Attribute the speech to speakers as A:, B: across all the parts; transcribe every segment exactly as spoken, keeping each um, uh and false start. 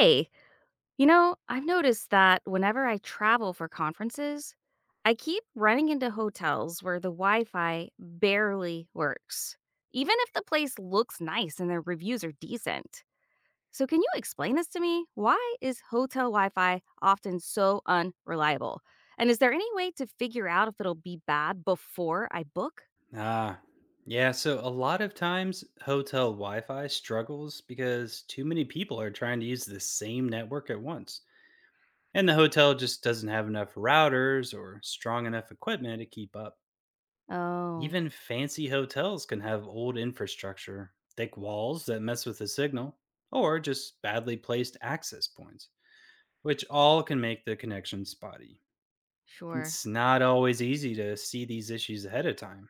A: Hey, you know, I've noticed that whenever I travel for conferences, I keep running into hotels where the Wi Fi barely works, even if the place looks nice and their reviews are decent. So, can you explain this to me? Why is hotel Wi Fi often so unreliable? And is there any way to figure out if it'll be bad before I book?
B: Ah, yeah. So a lot of times hotel Wi Fi struggles because too many people are trying to use the same network at once. And the hotel just doesn't have enough routers or strong enough equipment to keep up.
A: Oh,
B: Even fancy hotels can have old infrastructure, thick walls that mess with the signal, or just badly placed access points, which all can make the connection spotty.
A: sure.
B: It's not always easy to see these issues ahead of time.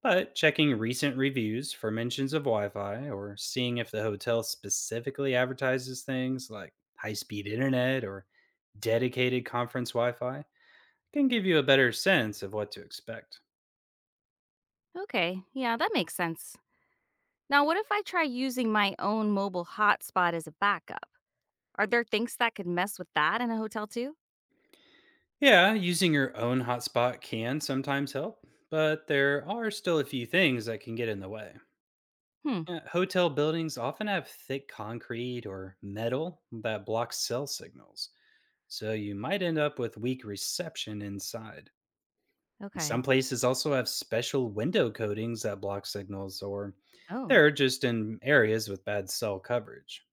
B: But checking recent reviews for mentions of Wi Fi or seeing if the hotel specifically advertises things like high speed internet or dedicated conference Wi Fi can give you a better sense of what to expect.
A: Okay. Yeah, that makes sense. Now, what if I try using my own mobile hotspot as a backup? Are there things that could mess with that in a hotel too?
B: Yeah, using your own hotspot can sometimes help, but there are still a few things that can get in the way.
A: Hmm.
B: Uh, Hotel buildings often have thick concrete or metal that blocks cell signals, so you might end up with weak reception inside.
A: Okay.
B: Some places also have special window coatings that block signals, or
A: Oh,
B: they're just in areas with bad cell coverage.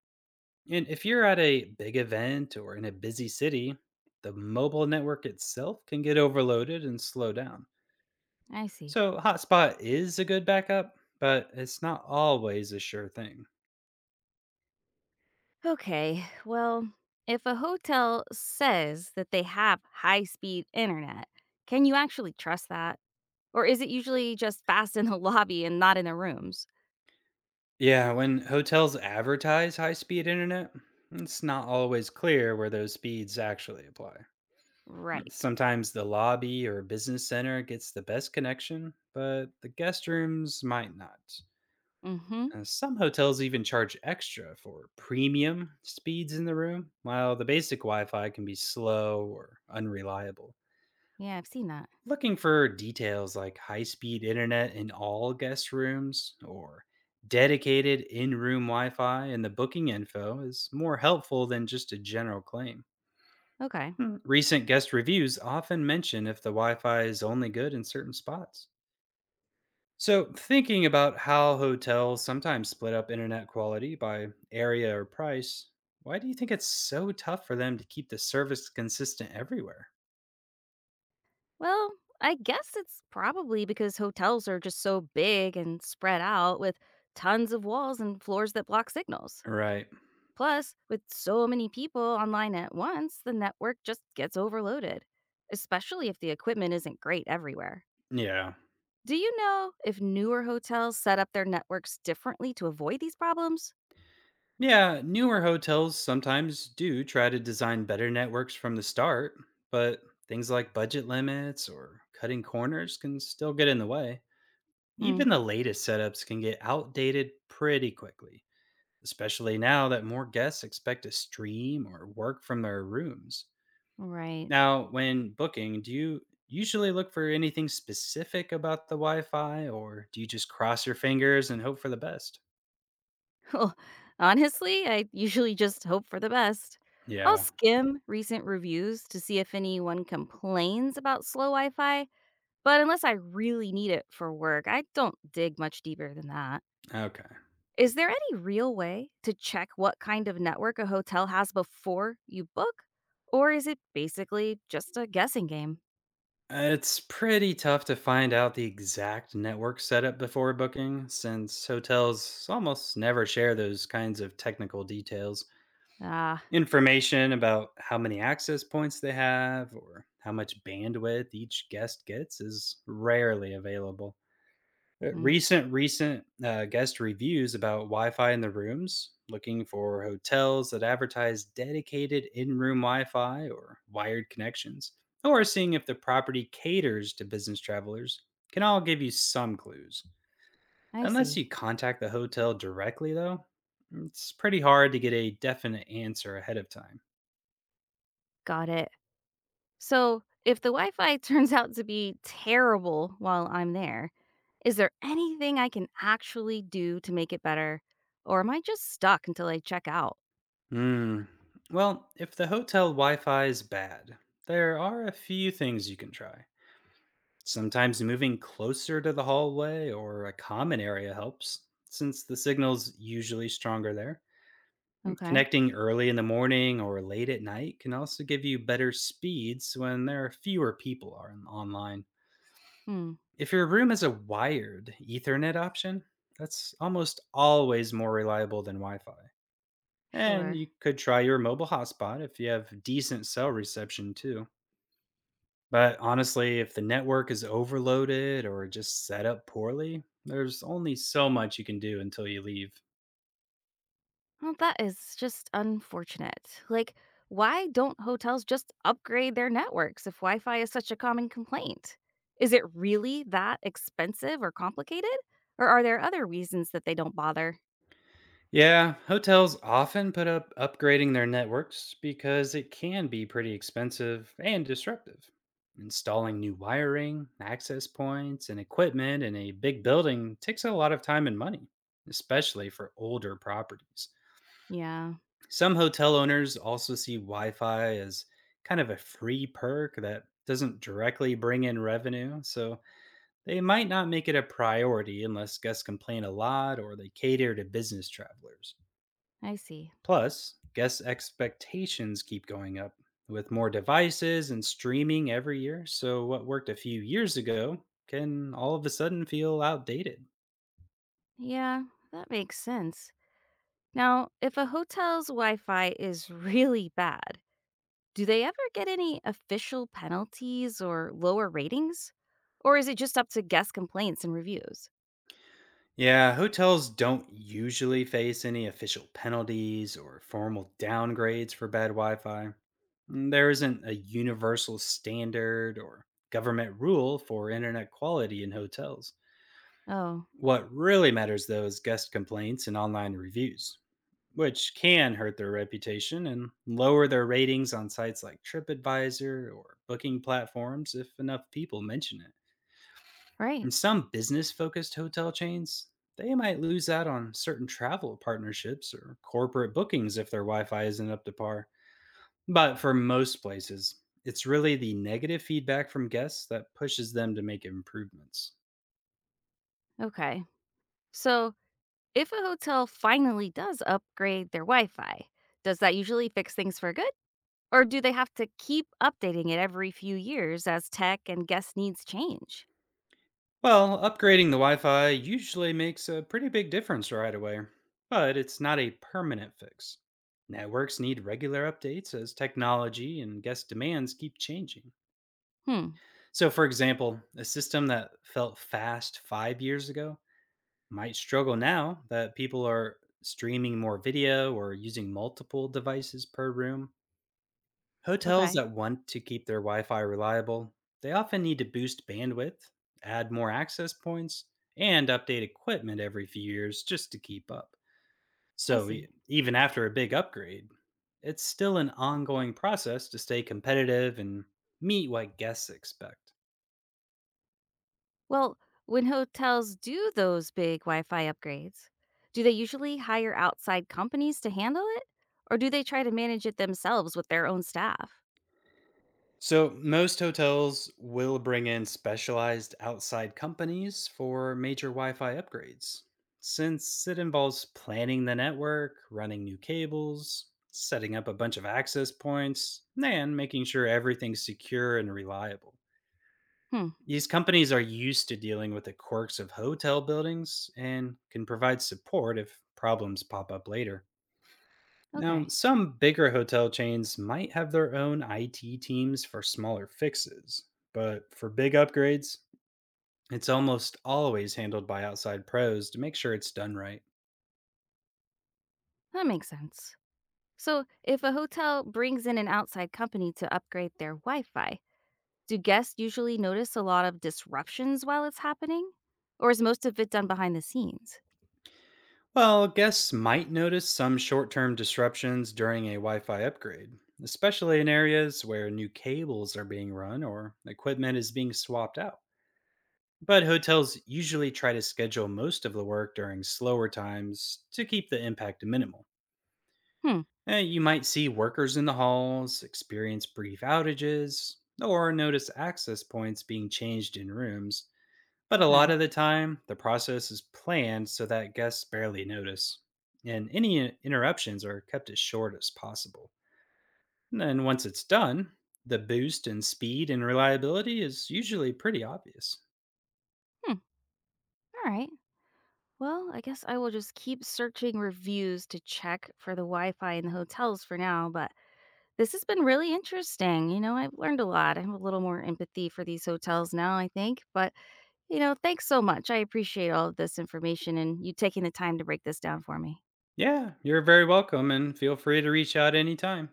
B: And if you're at a big event or in a busy city, the mobile network itself can get overloaded and slow down.
A: I see.
B: So, hotspot is a good backup, but it's not always a sure thing.
A: Okay. Well, if a hotel says that they have high speed internet, can you actually trust that? Or is it usually just fast in the lobby and not in the rooms?
B: Yeah, when hotels advertise high speed internet, it's not always clear where those speeds actually apply.
A: Right.
B: Sometimes the lobby or business center gets the best connection, but the guest rooms might not.
A: Mm hmm.
B: Uh, some hotels even charge extra for premium speeds in the room, while the basic Wi Fi can be slow or unreliable.
A: Yeah, I've seen that.
B: Looking for details like high speed internet in all guest rooms or dedicated in room Wi Fi in the booking info is more helpful than just a general claim.
A: Okay.
B: Hmm, Recent guest reviews often mention if the Wi Fi is only good in certain spots. So, thinking about how hotels sometimes split up internet quality by area or price, why do you think it's so tough for them to keep the service consistent everywhere?
A: Well, I guess it's probably because hotels are just so big and spread out with tons of walls and floors that block signals.
B: Right.
A: Plus, with so many people online at once, the network just gets overloaded, especially if the equipment isn't great everywhere.
B: Yeah.
A: Do you know if newer hotels set up their networks differently to avoid these problems?
B: Yeah. Newer hotels sometimes do try to design better networks from the start, but things like budget limits or cutting corners can still get in the way.
A: Hmm,
B: Even the latest setups can get outdated pretty quickly, especially now that more guests expect to stream or work from their rooms.
A: right.
B: Now, when booking, do you usually look for anything specific about the Wi Fi or do you just cross your fingers and hope for the best?
A: Well, honestly, I usually just hope for the best. I'll
B: Yeah,
A: skim recent reviews to see if anyone complains about slow Wi Fi, but unless I really need it for work, I don't dig much deeper than that.
B: okay.
A: Is there any real way to check what kind of network a hotel has before you book? Or is it basically just a guessing game?
B: It's pretty tough to find out the exact network setup before booking since hotels almost never share those kinds of technical details.
A: Ah,
B: Information about how many access points they have or how much bandwidth each guest gets is rarely available. Uh,
A: mm,
B: Recent recent uh, guest reviews about Wi-Fi in the rooms, looking for hotels that advertise dedicated in-room Wi-Fi or wired connections, or seeing if the property caters to business travelers, can all give you some clues.
A: I
B: Unless
A: see.
B: you contact the hotel directly, though, it's pretty hard to get a definite answer ahead of time.
A: Got it. So, if the Wi Fi turns out to be terrible while I'm there, is there anything I can actually do to make it better? Or am I just stuck until I check out?
B: Hmm. Well, if the hotel Wi Fi is bad, there are a few things you can try. Sometimes moving closer to the hallway or a common area helps, since the signal's usually stronger there.
A: Okay.
B: Connecting early in the morning or late at night can also give you better speeds when there are fewer people are on- online.
A: Hmm.
B: If your room has a wired Ethernet option, that's almost always more reliable than Wi Fi. And
A: Sure.
B: you could try your mobile hotspot if you have decent cell reception too. But honestly, if the network is overloaded or just set up poorly, there's only so much you can do until you leave.
A: Well, that is just unfortunate. Like, why don't hotels just upgrade their networks if Wi Fi is such a common complaint? Is it really that expensive or complicated? Or are there other reasons that they don't bother?
B: Yeah, hotels often put up upgrading their networks because it can be pretty expensive and disruptive. Installing new wiring, access points, and equipment in a big building takes a lot of time and money, especially for older properties.
A: Yeah,
B: Some hotel owners also see Wi Fi as kind of a free perk that doesn't directly bring in revenue, so they might not make it a priority unless guests complain a lot or they cater to business travelers.
A: I see.
B: Plus, guest expectations keep going up with more devices and streaming every year, so what worked a few years ago can all of a sudden feel outdated.
A: Yeah, that makes sense. Now, if a hotel's Wi Fi is really bad, do they ever get any official penalties or lower ratings? Or is it just up to guest complaints and reviews?
B: Yeah, hotels don't usually face any official penalties or formal downgrades for bad Wi Fi. There isn't a universal standard or government rule for internet quality in hotels.
A: Oh,
B: What really matters, though, is guest complaints and online reviews, which can hurt their reputation and lower their ratings on sites like TripAdvisor or booking platforms if enough people mention it.
A: right.
B: And some business-focused hotel chains, they might lose out on certain travel partnerships or corporate bookings if their Wi-Fi isn't up to par. But for most places, it's really the negative feedback from guests that pushes them to make improvements.
A: Okay. So, if a hotel finally does upgrade their Wi Fi, does that usually fix things for good? Or do they have to keep updating it every few years as tech and guest needs change?
B: Well, upgrading the Wi Fi usually makes a pretty big difference right away, but it's not a permanent fix. Networks need regular updates as technology and guest demands keep changing.
A: Hmm.
B: So, for example, a system that felt fast five years ago might struggle now that people are streaming more video or using multiple devices per room. Hotels
A: Okay.
B: that want to keep their Wi Fi reliable, they often need to boost bandwidth, add more access points, and update equipment every few years just to keep up.
A: I
B: So, e-
A: see.
B: even after a big upgrade, it's still an ongoing process to stay competitive and meet what guests expect.
A: Well, when hotels do those big Wi Fi upgrades, do they usually hire outside companies to handle it? Or do they try to manage it themselves with their own staff?
B: So, most hotels will bring in specialized outside companies for major Wi Fi upgrades, since it involves planning the network, running new cables, setting up a bunch of access points, and making sure everything's secure and reliable.
A: Hmm.
B: These companies are used to dealing with the quirks of hotel buildings and can provide support if problems pop up later. Now,
A: Okay.
B: some bigger hotel chains might have their own I T teams for smaller fixes, but for big upgrades, it's almost always handled by outside pros to make sure it's done right.
A: That makes sense. So, if a hotel brings in an outside company to upgrade their Wi Fi, do guests usually notice a lot of disruptions while it's happening? Or is most of it done behind the scenes?
B: Well, guests might notice some short term disruptions during a Wi Fi upgrade, especially in areas where new cables are being run or equipment is being swapped out. But hotels usually try to schedule most of the work during slower times to keep the impact minimal.
A: Hmm.
B: Eh, you might see workers in the halls, experience brief outages, or notice access points being changed in rooms, but a lot
A: Okay.
B: of the time, the process is planned so that guests barely notice, and any interruptions are kept as short as possible. And then once it's done, the boost in speed and reliability is usually pretty obvious.
A: Hmm. All right. Well, I guess I will just keep searching reviews to check for the Wi Fi in the hotels for now, but this has been really interesting. You know, I've learned a lot. I have a little more empathy for these hotels now, I think. But, you know, thanks so much. I appreciate all of this information and you taking the time to break this down for me.
B: Yeah, you're very welcome, and feel free to reach out anytime.